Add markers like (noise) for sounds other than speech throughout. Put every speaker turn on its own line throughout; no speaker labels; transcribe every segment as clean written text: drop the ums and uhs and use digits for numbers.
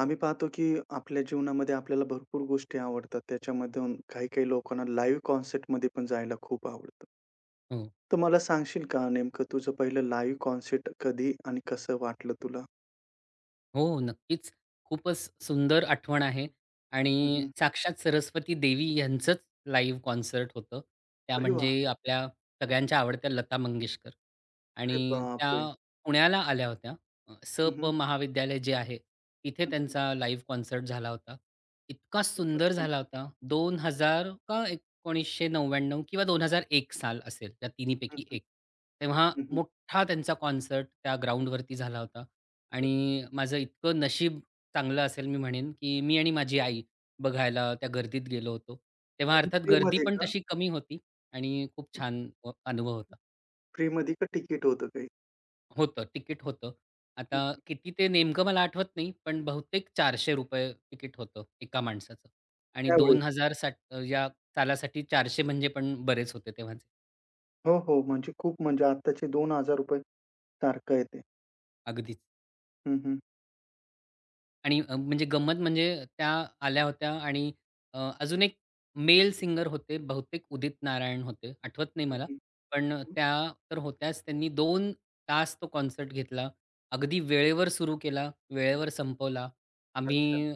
आम्ही पाहतो की आपल्या जीवनामध्ये आपल्याला भरपूर गोष्टी आवडतात. त्याच्यामधून काही-काही लोकांना लाईव्ह कॉन्सर्टमध्ये पण जायला खूप आवडतं.
हो,
तर मला सांगशील का नेमकं तुझं पहिलं लाईव्ह कॉन्सर्ट कधी आणि कसं वाटलं तुला?
हो, नक्कीच. खूपच सुंदर आठवण आहे आणि
हं,
साक्षात सरस्वती देवी यांचंच लाईव्ह कॉन्सर्ट होतं. त्या
अरे वाह!
म्हणजे आपल्या सगळ्यांच्या आवडत्या लता मंगेशकर
अरे
आणि त्या
बापरे!
पुण्याला आल्या होत्या.
हं,
सप
हं.
महाविद्यालय जे आहे, तिथे त्यांचा लाईव्ह कॉन्सर्ट झाला होता. इतका
खूपच
सुंदर
छान.
झाला होता. 2000 का 1999 किंवा 2001 साल असेल, त्या
हं,
तिन्हीपैकी
हं.
एक. तेव्हा
हं, हं.
मोठा त्यांचा कॉन्सर्ट त्या ग्राउंडवरती झाला होता. आणि माझं इतकं नशीब चांगलं असेल मी म्हणेन, की मी आणि माझी आई बघायला त्या गर्दीत गेलो होतो. तेव्हा
आणि
अर्थात गर्दी
फ्रीमध्ये
पण
का?
तशी कमी होती आणि खूप छान अनुभव होता.
फ्रीमध्ये का तिकीट होतं काही?
होतं, तिकीट होतं. आता
हं.
किती ते नेमकं मला आठवत नाही, पण बहुतेक ₹400 तिकीट होतं एका माणसाचं आणि
त्यावेळेस.
2060 या सालासाठी 400 म्हणजे पण बरेच होते तेव्हाचे.
हो, हो. म्हणजे खूप म्हणजे आत्ताचे ₹2,000 सारखं आहे ते.
अगदीच.
हं, हं.
आणि म्हणजे गंमत म्हणजे त्या आल्या होत्या आणि अजून एक मेल सिंगर होते. बहुतेक उदित नारायण होते. आठवत नाही
हं,
मला.
हं.
पण त्या तर होत्याच. त्यांनी 2 तास तो कॉन्सर्ट घेतला. अगदी वेळेवर सुरू केला, वेळेवर संपवला.
अच्छा.
आम्ही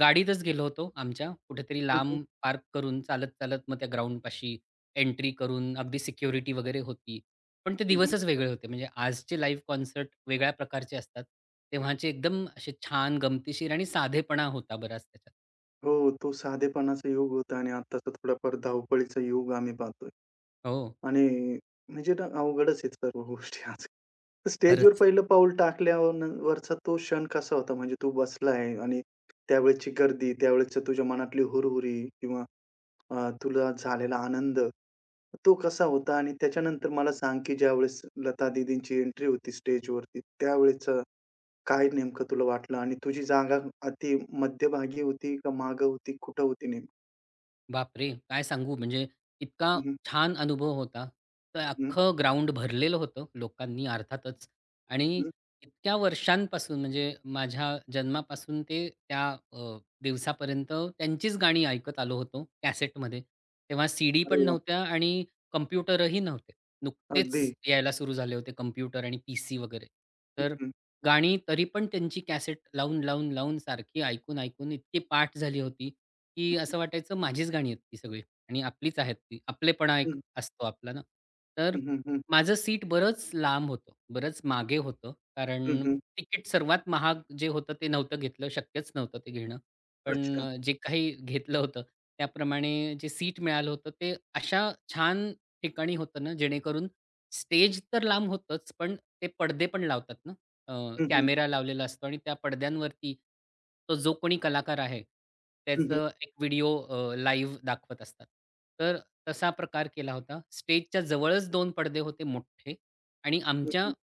गाडीतच गेलो होतो आमच्या. कुठेतरी
हं, हं.
लांब पार्क करून चालत-चालत मग त्या ग्राउंडपाशी एंट्री करून अगदी सिक्युरिटी वगैरे होती. पण ते
हं,
दिवसच वेगळे होते. म्हणजे आजचे लाईव्ह कॉन्सर्ट वेगळ्या प्रकारचे असतात. तेव्हाचे एकदम असे छान गमतीशीर आणि साधेपणा होता बराच त्याच्यात.
हो, तो साधेपणाचा युग होता आणि आत्ताचा थोडाफार धावपळीचा युग आम्ही पाहतोय
हो,
आणि म्हणजे ना अवघडच आहेत सर्व गोष्टी आज. तर स्टेजवर
खरंच.
पहिलं पाऊल टाकल्यावरचा तो क्षण कसा होता? म्हणजे तू बसलाय आणि त्यावेळची गर्दी, त्यावेळेच्या तुझ्या मनातली हुरहुरी किंवा तुला झालेला आनंद, तो कसा होता? आणि त्याच्यानंतर मला सांग, की ज्यावेळेस लता दीदींची एंट्री होती स्टेजवरती त्यावेळेचा काय नेमकं तुला वाटलं आणि तुझी जागा ती मध्यभागी होती का मागे होती? कुठं होती नेमकी?
बापरे! काय सांगू म्हणजे इतका
हं, हं.
छान अनुभव होता. तर
हं,
अख्खं ग्राउंड भरलेलं होतं लोकांनी अर्थातच आणि
हं.
इतक्या वर्षांपासून म्हणजे माझ्या जन्मापासून ते त्या दिवसापर्यंत त्यांचीच गाणी ऐकत आलो होतो कॅसेटमध्ये. तेव्हा सीडी
अरे
पण
वाह!
नव्हत्या आणि कॉम्प्युटरही नव्हते.
अगदी.
नुकतेच यायला सुरू झाले होते कॉम्प्युटर आणि पीसी वगैरे.
हं,
तर
हं.
गाणी तरी पण त्यांची कॅसेट लावून, लावून, लावून सारखी ऐकून, ऐकून इतकी पाठ झाली होती
हं,
की
हं.
असं वाटायचं माझीच गाणी आहेत ती सगळी आणि आपलीच आहेत ती. आपलेपणा एक
हं,
असतो आपला ना. तर
हं, हं.
माझं सीट बरंच लांब होतं, बरंच मागे होतं. कारण
हं,
तिकीट सर्वात महाग जे होतं ते नव्हतं घेतलं, शक्यच नव्हतं ते घेणं. पण
अच्छा.
जे काही घेतलं होतं त्याप्रमाणे जे सीट मिळालं होतं ते अशा छान ठिकाणी होतं ना जेणेकरून स्टेज तर लांब होतंच, पण ते पडदे पण लावतात ना.
हं.
कॅमेरा लावलेला असतो आणि त्या पडद्यांवरती तो जो कोणी कलाकार आहे,
हं, हं.
त्याचं एक व्हिडिओ लाईव्ह दाखवत असतात. तर तसा प्रकार केला होता. स्टेजच्या जवळच दोन पडदे होते मोठे आणि
हं,
आमच्या
हं.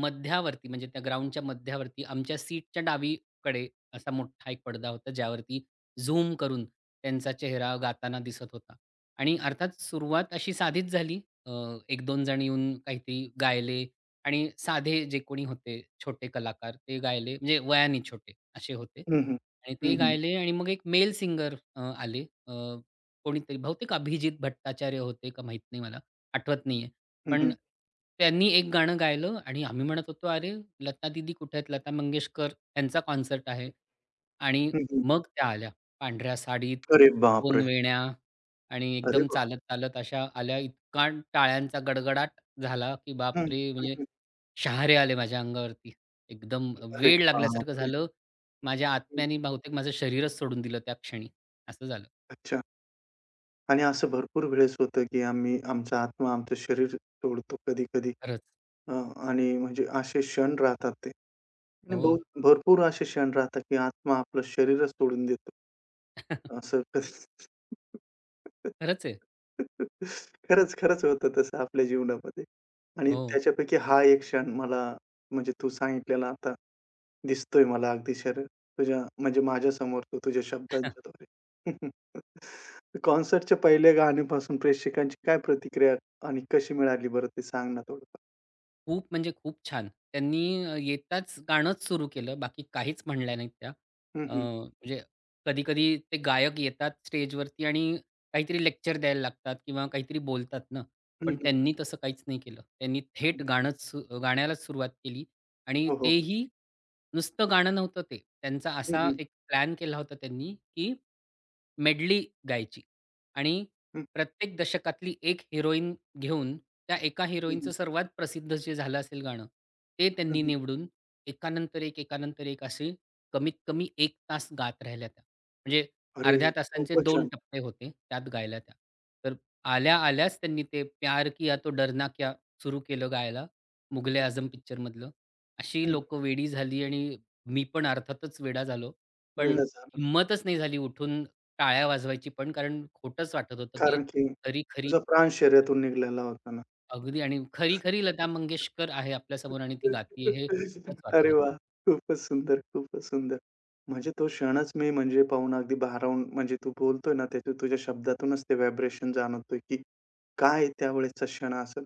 मध्यावरती म्हणजे त्या ग्राउंडच्या मध्यावरती आमच्या सीटच्या डावीकडे असा मोठा एक पडदा होता, ज्यावरती झूम करून त्यांचा चेहरा गाताना दिसत होता. आणि अर्थात सुरुवात अशी साधीच झाली. अ, 1-2 जण येऊन काहीतरी गायले आणि साधे जे कोणी होते छोटे कलाकार ते गायले म्हणजे वयाने छोटे असे होते
हं, हं.
आणि ते
हं, हं.
गायले आणि मग एक मेल सिंगर आले अ, कोणीतरी बहुतेक अभिजित भट्टाचार्य होते का माहीत नाही मला आठवत नाहीये.
हं,
पण
हं.
त्यांनी एक गाणं गायलं आणि आम्ही म्हणत होतो, "अरे लता दीदी कुठे आहेत? लता मंगेशकर यांचा कॉन्सर्ट आहे." आणि
हं, हं.
मग त्या आल्या पांढऱ्या साडीत,
अरे
2
बापरे!
वेण्या आणि
अरे
एकदम
वाह!
चालत-चालत अशा आल्या. इतका टाळ्यांचा गडगडाट झाला की
हं.
बापरे!
हं,
म्हणजे
हं.
शहारे आले माझ्या अंगावरती. एकदम
अरे
वेड लागल्यासारखं
बापरे!
झालं. माझ्या
हं.
आत्म्याने बहुतेक माझं शरीरच सोडून दिलं त्या क्षणी. असं झालं.
अच्छा आणि असं भरपूर वेळेस होतं, की आम्ही आमचा आत्मा आमचं शरीर सोडतो कधी-कधी.
खरंच.
हां. आणि म्हणजे असे क्षण राहतात ते. आणि हो.
हो.
बहुत भरपूर असे क्षण राहतात, की आत्मा आपलं शरीरच सोडून देतो.
(laughs)
असं कस- (laughs)
खरंच आहे.
खरंच, खरंच होतं तसं आपल्या जीवनामध्ये. आणि
हो.
त्याच्यापैकी हा एक क्षण मला म्हणजे तू सांगितलेला आता दिसतोय मला अगदी शरीर तुझ्या म्हणजे माझ्यासमोर तो तुझ्या शब्दांच्याद्वारे. (laughs) कॉन्सर्टच्या पहिल्या गाण्यापासून प्रेक्षकांची काय प्रतिक्रिया आणि कशी मिळाली बरं ते सांग ना थोडंफार?
खूप म्हणजे खूप छान. त्यांनी येताच गाणंच सुरू केलं. बाकी काहीच म्हणल्या नाहीत त्या. म्हणजे कधी-कधी ते गायक येतात स्टेजवरती आणि काहीतरी लेक्चर द्यायला लागतात किंवा काहीतरी बोलतात ना.
हं,
पण
हं,
त्यांनी तसं काहीच नाही केलं. त्यांनी
हं.
थेट गाणंच सु गाण्यालाच सुरुवात केली आणि
हो, हो.
तेही नुसतं गाणं नव्हतं ते. त्यांचा
हं,
असा
हं.
एक प्लॅन केला होता त्यांनी, की मेडली गायची आणि
हं,
प्रत्येक दशकातली एक हिरोईन घेऊन त्या एका
हं,
हिरोईनचं
हं.
सर्वात प्रसिद्ध जे झालं असेल गाणं, ते
हं,
त्यांनी
हं.
निवडून एकानंतर एक, एकानंतर एक असे कमीत कमी एक तास गात राहिल्या त्या. म्हणजे
अरे!
अर्ध्या तासांचे
खूपच
2
छान.
टप्पे होते, त्यात गायल्या त्या. तर आल्या-आल्याच त्यांनी ते प्यार किया तो डरना क्या सुरू केलं गायला, मुगले आझम पिक्चरमधलं. अशी
हं, हं.
लोकं वेडी झाली आणि मी पण अर्थातच वेडा झालो. पण
वेडा झाला.
हिम्मतच नाही झाली उठून टाळ्या वाजवायची पण, कारण खोटंच वाटत होतं, की
कारण की
खरी-खरी
तुझा प्राण शरीरातून निघालेला होता ना.
अगदी आणि खरी-खरी लता मंगेशकर आहे आपल्यासमोर आणि ती गातीये हे खोटंच वाटत
अरे
होतं.
वाह! खूपच सुंदर, खूपच सुंदर. म्हणजे तो क्षणच मी म्हणजे पाहून अगदी भारावून म्हणजे तू बोलतोय ना, त्याच्या तुझ्या शब्दातूनच ते व्हायब्रेशन जाणवतोय, की काय त्यावेळेसचा क्षण असेल.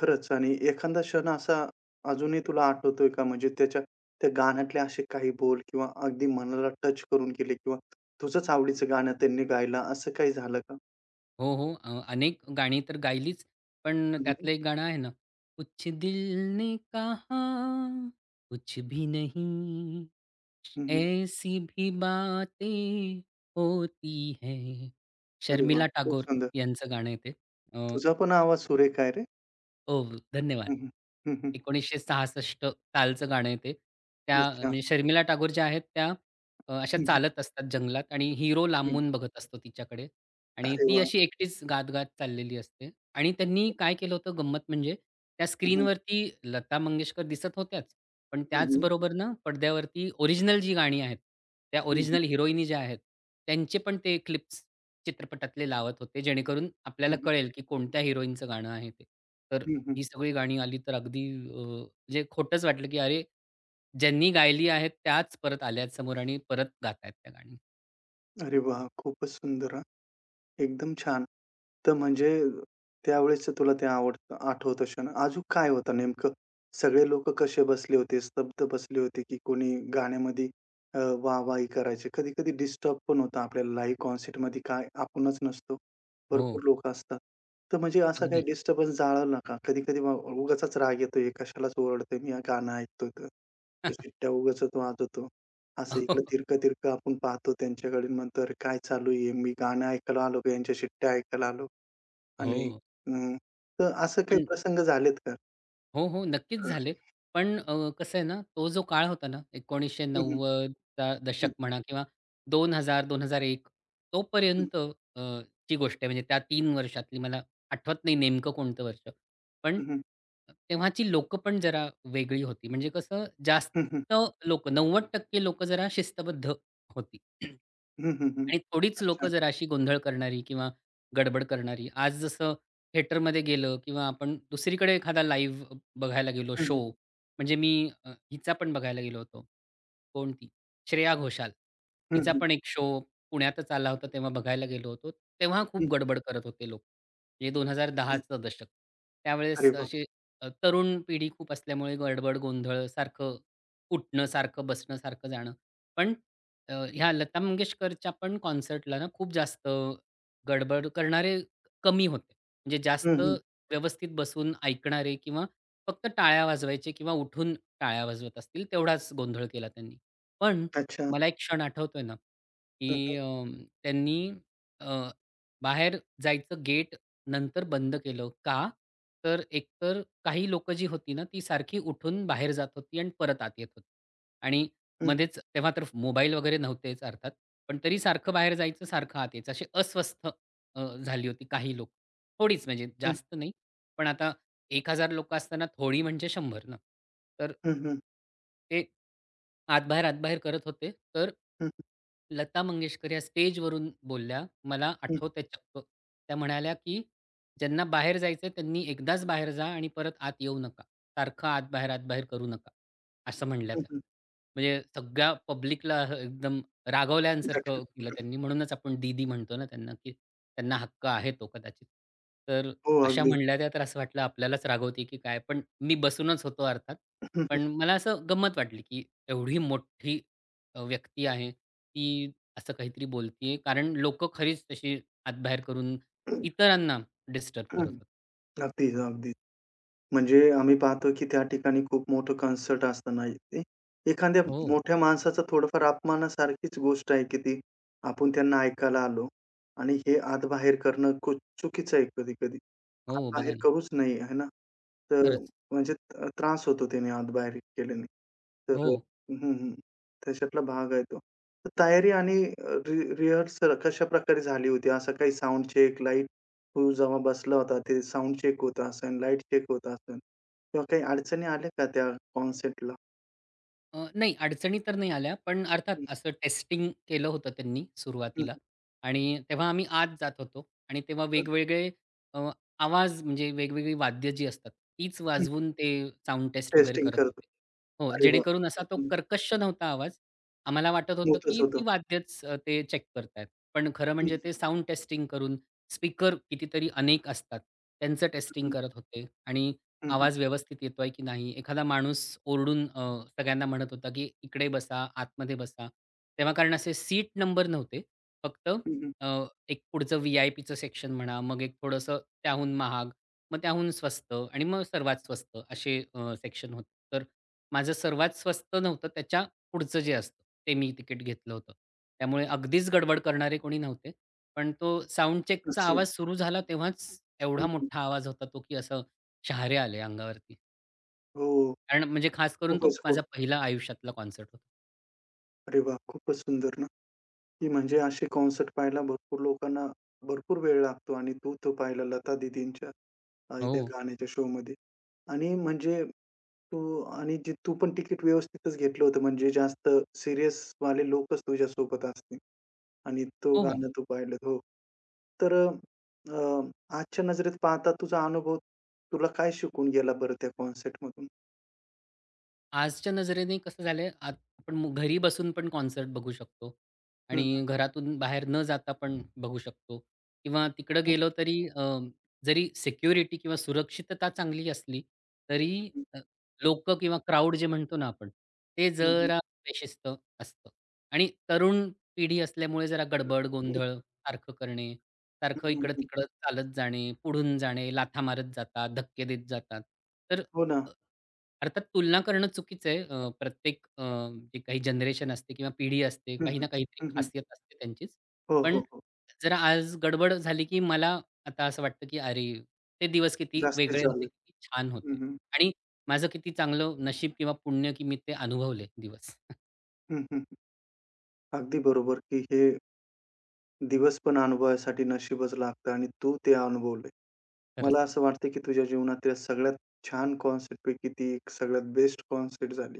खरंच आणि एखादा क्षण असा अजूनही तुला आठवतोय का? म्हणजे त्याच्या त्या गाण्यातले असे काही बोल किंवा अगदी मनाला टच करून गेले किंवा तुझंच आवडीचं गाणं त्यांनी गायला असं काही झालं का?
हो, हो. अनेक गाणी तर गायलीच, पण
हं, हं.
त्यातलं एक गाणं आहे ना, कुछ दिल ने कहा कुछ भी नहीं, ऐसी भी बातें होती है
अरे वा,
शर्मिला
खूप
टागोर
सुंदर.
यांचं गाणं आहे ते. अ,
तुझा पण आवाज सुरेख आहे रे.
हो, हो. धन्यवाद.
हं, हं.
1966 सालचं गाणं आहे ते. त्या
अच्छा.
म्हणजे शर्मिला टागोर ज्या आहेत त्या अशा
हं, हं.
चालत असतात जंगलात आणि हिरो लांबून बघत असतो तिच्याकडे आणि
अरे
ती
वाह!
अशी एकटीच गात-गात चाललेली असते आणि त्यांनी काय केलं होतं गंमत म्हणजे त्या
हं, हं.
स्क्रीनवरती लता मंगेशकर दिसत होत्याच, पण
हं, हं.
त्याचबरोबर ना पडद्यावरती ओरिजिनल जी गाणी आहेत, त्या
हं, हं.
ओरिजिनल हिरोईनी ज्या आहेत, त्यांचे पण ते क्लिप्स चित्रपटातले लावत होते, जेणेकरून आपल्याला कळेल की कोणत्या हिरोईनचं गाणं आहे ते. तर ही सगळी गाणी आली तर अगदी म्हणजे खोटंच वाटलं, की अरे, ज्यांनी गायली आहेत त्याच परत आल्यात समोर आणि परत गातायत त्या गाणी.
अरे वाह! खूपच सुंदर. एकदम छान. तर म्हणजे त्यावेळेसचं तुला ते आवडतं आठवतं क्षण. अजून काय होतं नेमकं? सगळे लोक कसे बसले होते? स्तब्ध बसले होते, की कोणी गाण्यामध्ये वाहवाही करायचे? कधी-कधी डिस्टर्ब पण होतं आपल्याला लाईव्ह कॉन्सर्टमध्ये काय आपणच नसतो. भरपूर
हो,
लोकं असतात. तर म्हणजे असा काही
अगदी.
डिस्टर्बन्स जाणवला का? कधी-कधी मग राग येतो, हे कशालाच ओरडतंय, मी हे गाणं ऐकतोय तर. हे
(laughs)
शिट्ट्या उगाचच वाजवतो. असं
हो,
इकडं तिरकं-तिरकं आपण पाहतो त्यांच्याकडे म्हणतो, "अरे, काय चालू आहे? मी गाणं ऐकायला आलो का यांच्या शिट्ट्या ऐकायला आलो?"
हो
आणि अ, तर असं काही
पण
प्रसंग झालेत का?
हो, हो. नक्कीच
हं,
झाले. पण कसं आहे ना, तो जो काळ होता ना
हं, हं,
1990-चा
हं,
दशक म्हणा किंवा 2000-2001
हं,
तोपर्यंत ची गोष्ट आहे म्हणजे त्या तीन वर्षातली मला आठवत नाही नेमकं कोणतं वर्ष. पण
हं, हं,
तेव्हाची लोकं पण जरा वेगळी होती. म्हणजे कसं जास्त
हं,
90% लोकं जरा शिस्तबद्ध होती. (clears throat)
हं, हं, हं.
आणि थोडीच
अच्छा.
लोकं जरा अशी गोंधळ करणारी किंवा गडबड करणारी. आज जसं थिएटरमध्ये गेलं किंवा आपण दुसरीकडे एखादा लाईव्ह बघायला गेलो
हं,
शो.
हं,
म्हणजे मी हिचा पण बघायला गेलो होतो. कोण ती? श्रेया घोषाल.
हं,
तिचा
हं,
पण एक शो पुण्यातच आला होता तेव्हा बघायला गेलो होतो. तेव्हा खूप
हं.
गडबड करत होते लोक. म्हणजे
अच्छा.
2010-चं दशक.
अरे
त्यावेळेस
वाह!
अशी तरुण पिढी खूप असल्यामुळे गडबड, गोंधळ सारखं उठणं, सारखं बसणं, सारखं जाणं. पण ह्या लता मंगेशकरच्या पण कॉन्सर्टला ना खूप जास्त गडबड करणारे कमी होते. म्हणजे
हं,
जास्त
हं.
व्यवस्थित बसून ऐकणारे किंवा फक्त टाळ्या वाजवायचे किंवा उठून टाळ्या वाजवत असतील, तेवढाच गोंधळ केला त्यांनी. पण
अच्छा.
मला एक क्षण आठवतोय ना, की
हं, हं,
त्यांनी अ, बाहेर जायचं गेट नंतर बंद केलं. का? तर एकतर काही लोकं जी होती ना, ती सारखी उठून बाहेर जात होती आणि परत आत येत होती. आणि
हं,
मध्येच तेव्हा तर मोबाईल वगैरे नव्हतेच अर्थात, पण तरी सारखं बाहेर जायचं, सारखं आत यायचं. अशी अस्वस्थ झाली होती काही लोकं. थोडीच म्हणजे
हं,
जास्त नाही. पण आता 1,000 लोकं असताना थोडी म्हणजे 100 ना. तर
हं, हं, हं,
ते आत-बाहेर, आतबाहेर करत होते. तर
हं,
लता मंगेशकर या स्टेजवरून बोलल्या. मला आठवतंय चक्क. त्या म्हणाल्या, की "ज्यांना बाहेर जायचंय त्यांनी एकदाच बाहेर जा आणि परत आत येऊ नका. सारखं आत-बाहेर, आत-बाहेर करू नका." असं म्हणल्या
हं,
त्या.
हं.
म्हणजे सगळ्या पब्लिकला एकदम
झटका.
रागवल्यासारखं केलं त्यांनी. म्हणूनच आपण दीदी म्हणतो ना त्यांना, की त्यांना हक्क आहे तो कदाचित. तर
हो,
अशा
अगदी.
म्हणल्या त्या, तर असं वाटलं आपल्यालाच रागवते की काय? पण मी बसूनच होतो अर्थात.
हं,
पण मला असं गंमत वाटली की एवढी मोठी व्यक्ती आहे, ती असं काहीतरी बोलतीये. कारण लोकं खरीच तशी हातबाहेर करून
हं,
इतरांना डिस्टर्ब
हं.
करत होती.
अगदीच, अगदीच. म्हणजे आम्ही पाहतो, की त्या ठिकाणी खूप मोठं कॉन्सर्ट असताना ते एखाद्या हं.
हो,
मोठ्या माणसाचा थोडंफार अपमानासारखीच गोष्ट आहे, की ती आपण त्यांना ऐकायला आलो आणि हे आत-बाहेर करणं खूप चुकीचं आहे कधी-कधी.
हो. बघा
आत-बाहेर
ना.
करूच नये, आहे ना? तर
खरंच.
म्हणजे त्रास होतो त्याने आत-बाहेर केल्याने. तर
हो.
हं, हं. त्याच्यातला भाग आहे तो. तर तयारी आणि रिहर्सल कशाप्रकारे झाली होती? असं काही साउंड चेक, लाईट तू जेव्हा बसला होता, ते साउंड चेक होत असेल, लाईट चेक होत असेल किंवा काही अडचणी आल्या का त्या कॉन्सेप्टला?
नाही अडचणी तर नाही आल्या, पण अर्थात
हं,
असं टेस्टिंग केलं होतं त्यांनी
हं,
सुरुवातीला आणि तेव्हा आम्ही आत जात होतो आणि तेव्हा
हं,
वेगवेगळे अ, आवाज म्हणजे वेगवेगळी वाद्य जी असतात, तीच
हं.
वाजवून ते साउंड टेस्ट वगैरे
टेस्टिंग
करत
करतो.
होते. हो,
अरे वाह!
जेणेकरून असा तो
हं,
कर्कश नव्हता आवाज. आम्हाला वाटत होतं,
होतच
की
होतं.
ती वाद्यच ते चेक करतायत. पण खरं म्हणजे
हं,
ते साउंड टेस्टिंग करून स्पीकर कितीतरी अनेक असतात, त्यांचं टेस्टिंग
हं,
करत होते आणि
हं, हं,
आवाज व्यवस्थित येतोय की नाही? एखादा माणूस ओरडून सगळ्यांना म्हणत होता, की "इकडे बसा, आतमध्ये बसा." तेव्हा कारण असे सीट नंबर नव्हते. फक्त
हं, हं.
अ, एक पुढचं व्ही-आय-पीचं सेक्शन म्हणा, मग एक थोडंसं त्याहून महाग, मग त्याहून स्वस्त आणि मग सर्वात स्वस्त असे सेक्शन होते. तर माझं सर्वात स्वस्त नव्हतं, त्याच्या पुढचं जे असतं ते मी तिकीट घेतलं होतं. त्यामुळे अगदीच गडबड करणारे कोणी नव्हते. पण तो साउंड चेकचा
असं.
आवाज सुरू झाला तेव्हाच
हं,
एवढा
हं.
मोठा आवाज होता तो, की असं शहारे आले अंगावरती.
हो.
कारण म्हणजे खास करून तो
खूपच
माझा
खूप.
पहिला आयुष्यातला कॉन्सर्ट होता.
अरे वाह! खूपच सुंदर ना. ती म्हणजे अशी कॉन्सर्ट पाहायला भरपूर लोकांना भरपूर वेळ लागतो आणि तू तो पाहिला लता दीदींच्या
हो.
त्या गाण्याच्या शोमध्ये आणि म्हणजे तू आणि जे तू पण तिकीट व्यवस्थितच घेतलं होतं म्हणजे जास्त सीरियस वाले लोकच तुझ्यासोबत असतील आणि तो
हो, हो.
गाणं तू पाहिलं. हो. तर आजच्या नजरेत पाहता तुझा अनुभव तुला काय शिकून गेला बरं त्या कॉन्सर्टमधून?
आजच्या नजरेने कसं झालंय आत आपण घरी बसून पण कॉन्सर्ट बघू शकतो
हं, हं.
आणि घरातून बाहेर न जाता पण बघू शकतो किंवा तिकडं
हं,
गेलो तरी जरी सिक्युरिटी किंवा सुरक्षितता चांगली असली तरी
हं.
लोक लोकं किंवा क्राउड जे म्हणतो ना आपण, ते
हं, हं.
जरा बेशिस्त असतं आणि तरुण पिढी असल्यामुळे जरा गडबड, गोंधळ सारखं करणे,
हं,
सारखं
हं, हं.
इकडं-तिकडं चालत जाणे, पुढून जाणे, लाथा मारत जातात, धक्के देत जातात. तर
हो ना.
अ, अर्थात तुलना करणं चुकीचं आहे. प्रत्येक जे काही जनरेशन असते किंवा पिढी असते,
हं,
काही
हं.
ना काहीतरी
हं, हं.
खासियत असते त्यांचीच.
हो,
पण
हो, हो.
जरा आज गडबड झाली, की मला आता असं वाटतं, की अरे, ते दिवस किती
जास्तीच
वेगळे
झालं.
होते, किती छान
हं,
होते
हं.
आणि माझं किती चांगलं नशीब किंवा पुण्य, की मी ते अनुभवले दिवस.
हं, हं. अगदी बरोबर, की हे दिवस पण अनुभवायसाठी नशीबच लागतं आणि तू ते अनुभवलंय.
(laughs) खरंच,
मला असं वाटतं, की तुझ्या जीवनातल्या सगळ्यात छान कॉन्सेप्टपैकी ती एक सगळ्यात बेस्ट कॉन्सेप्ट झाली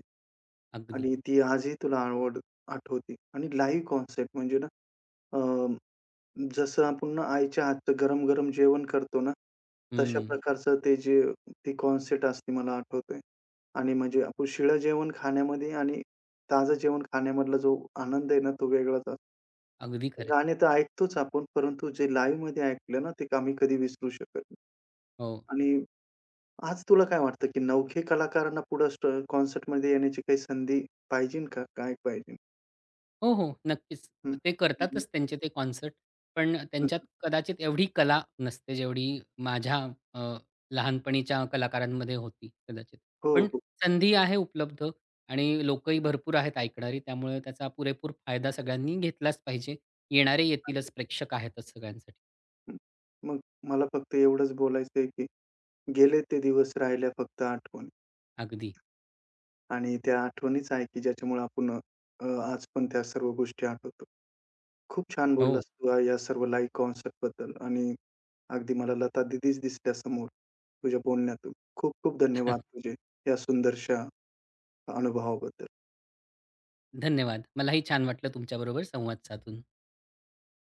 अगदी.
आणि ती आजही तुला आवड आठवते आणि लाईव्ह कॉन्सेप्ट म्हणजे ना अ, जसं आपण ना आईच्या हातचं गरम-गरम जेवण करतो ना, तशा
हं,
प्रकारचं ते जे ती कॉन्सेप्ट असते मला आठवतंय. आणि म्हणजे आपण शिळं जेवण खाण्यामध्ये आणि ताजं जेवण खाण्यामधला जो आनंद आहे ना, तो वेगळाच असतो.
अगदी खरं
गाणे तर ऐकतोच आपण, परंतु जे लाईव्हमध्ये ऐकलं ना, ते आम्ही कधी विसरू शकत नाही.
हो.
आणि आज तुला काय वाटतं, की नवखे कलाकारांना पुढं स्ट कॉन्सर्टमध्ये येण्याची काही संधी पाहिजे का? काय पाहिजे?
हो, हो. नक्कीच. ते
हं.
करतातच त्यांचे ते कॉन्सर्ट. पण
हं,
त्यांच्यात
हं.
कदाचित एवढी कला नसते जेवढी माझ्या अ, लहानपणीच्या कलाकारांमध्ये होती कदाचित.
हो,
पण
हो.
संधी आहे उपलब्ध आणि लोकही
हं.
भरपूर आहेत ऐकणारी. त्यामुळे त्याचा पुरेपूर फायदा सगळ्यांनी घेतलाच पाहिजे. येणारे येतीलच, प्रेक्षक आहेतच सगळ्यांसाठी.
हं. मग मला फक्त एवढंच बोलायचंय, की गेले ते दिवस, राहिल्या फक्त आठवणी
अगदी.
आणि त्या आठवणीच आहे, की ज्याच्यामुळे आपण अ, आज पण त्या सर्व गोष्टी आठवतो. खूप छान हं.
हो.
बोललास तू या सर्व लाईव्ह कॉन्सर्टबद्दल आणि अगदी मला लता दीदीच दिसल्या समोर तुझ्या बोलण्यातून. खूप खूप धन्यवाद
(laughs)
तुझे या सुंदरशा अनुभवाबद्दल.
धन्यवाद. मलाही छान वाटलं तुमच्याबरोबर संवाद साधून.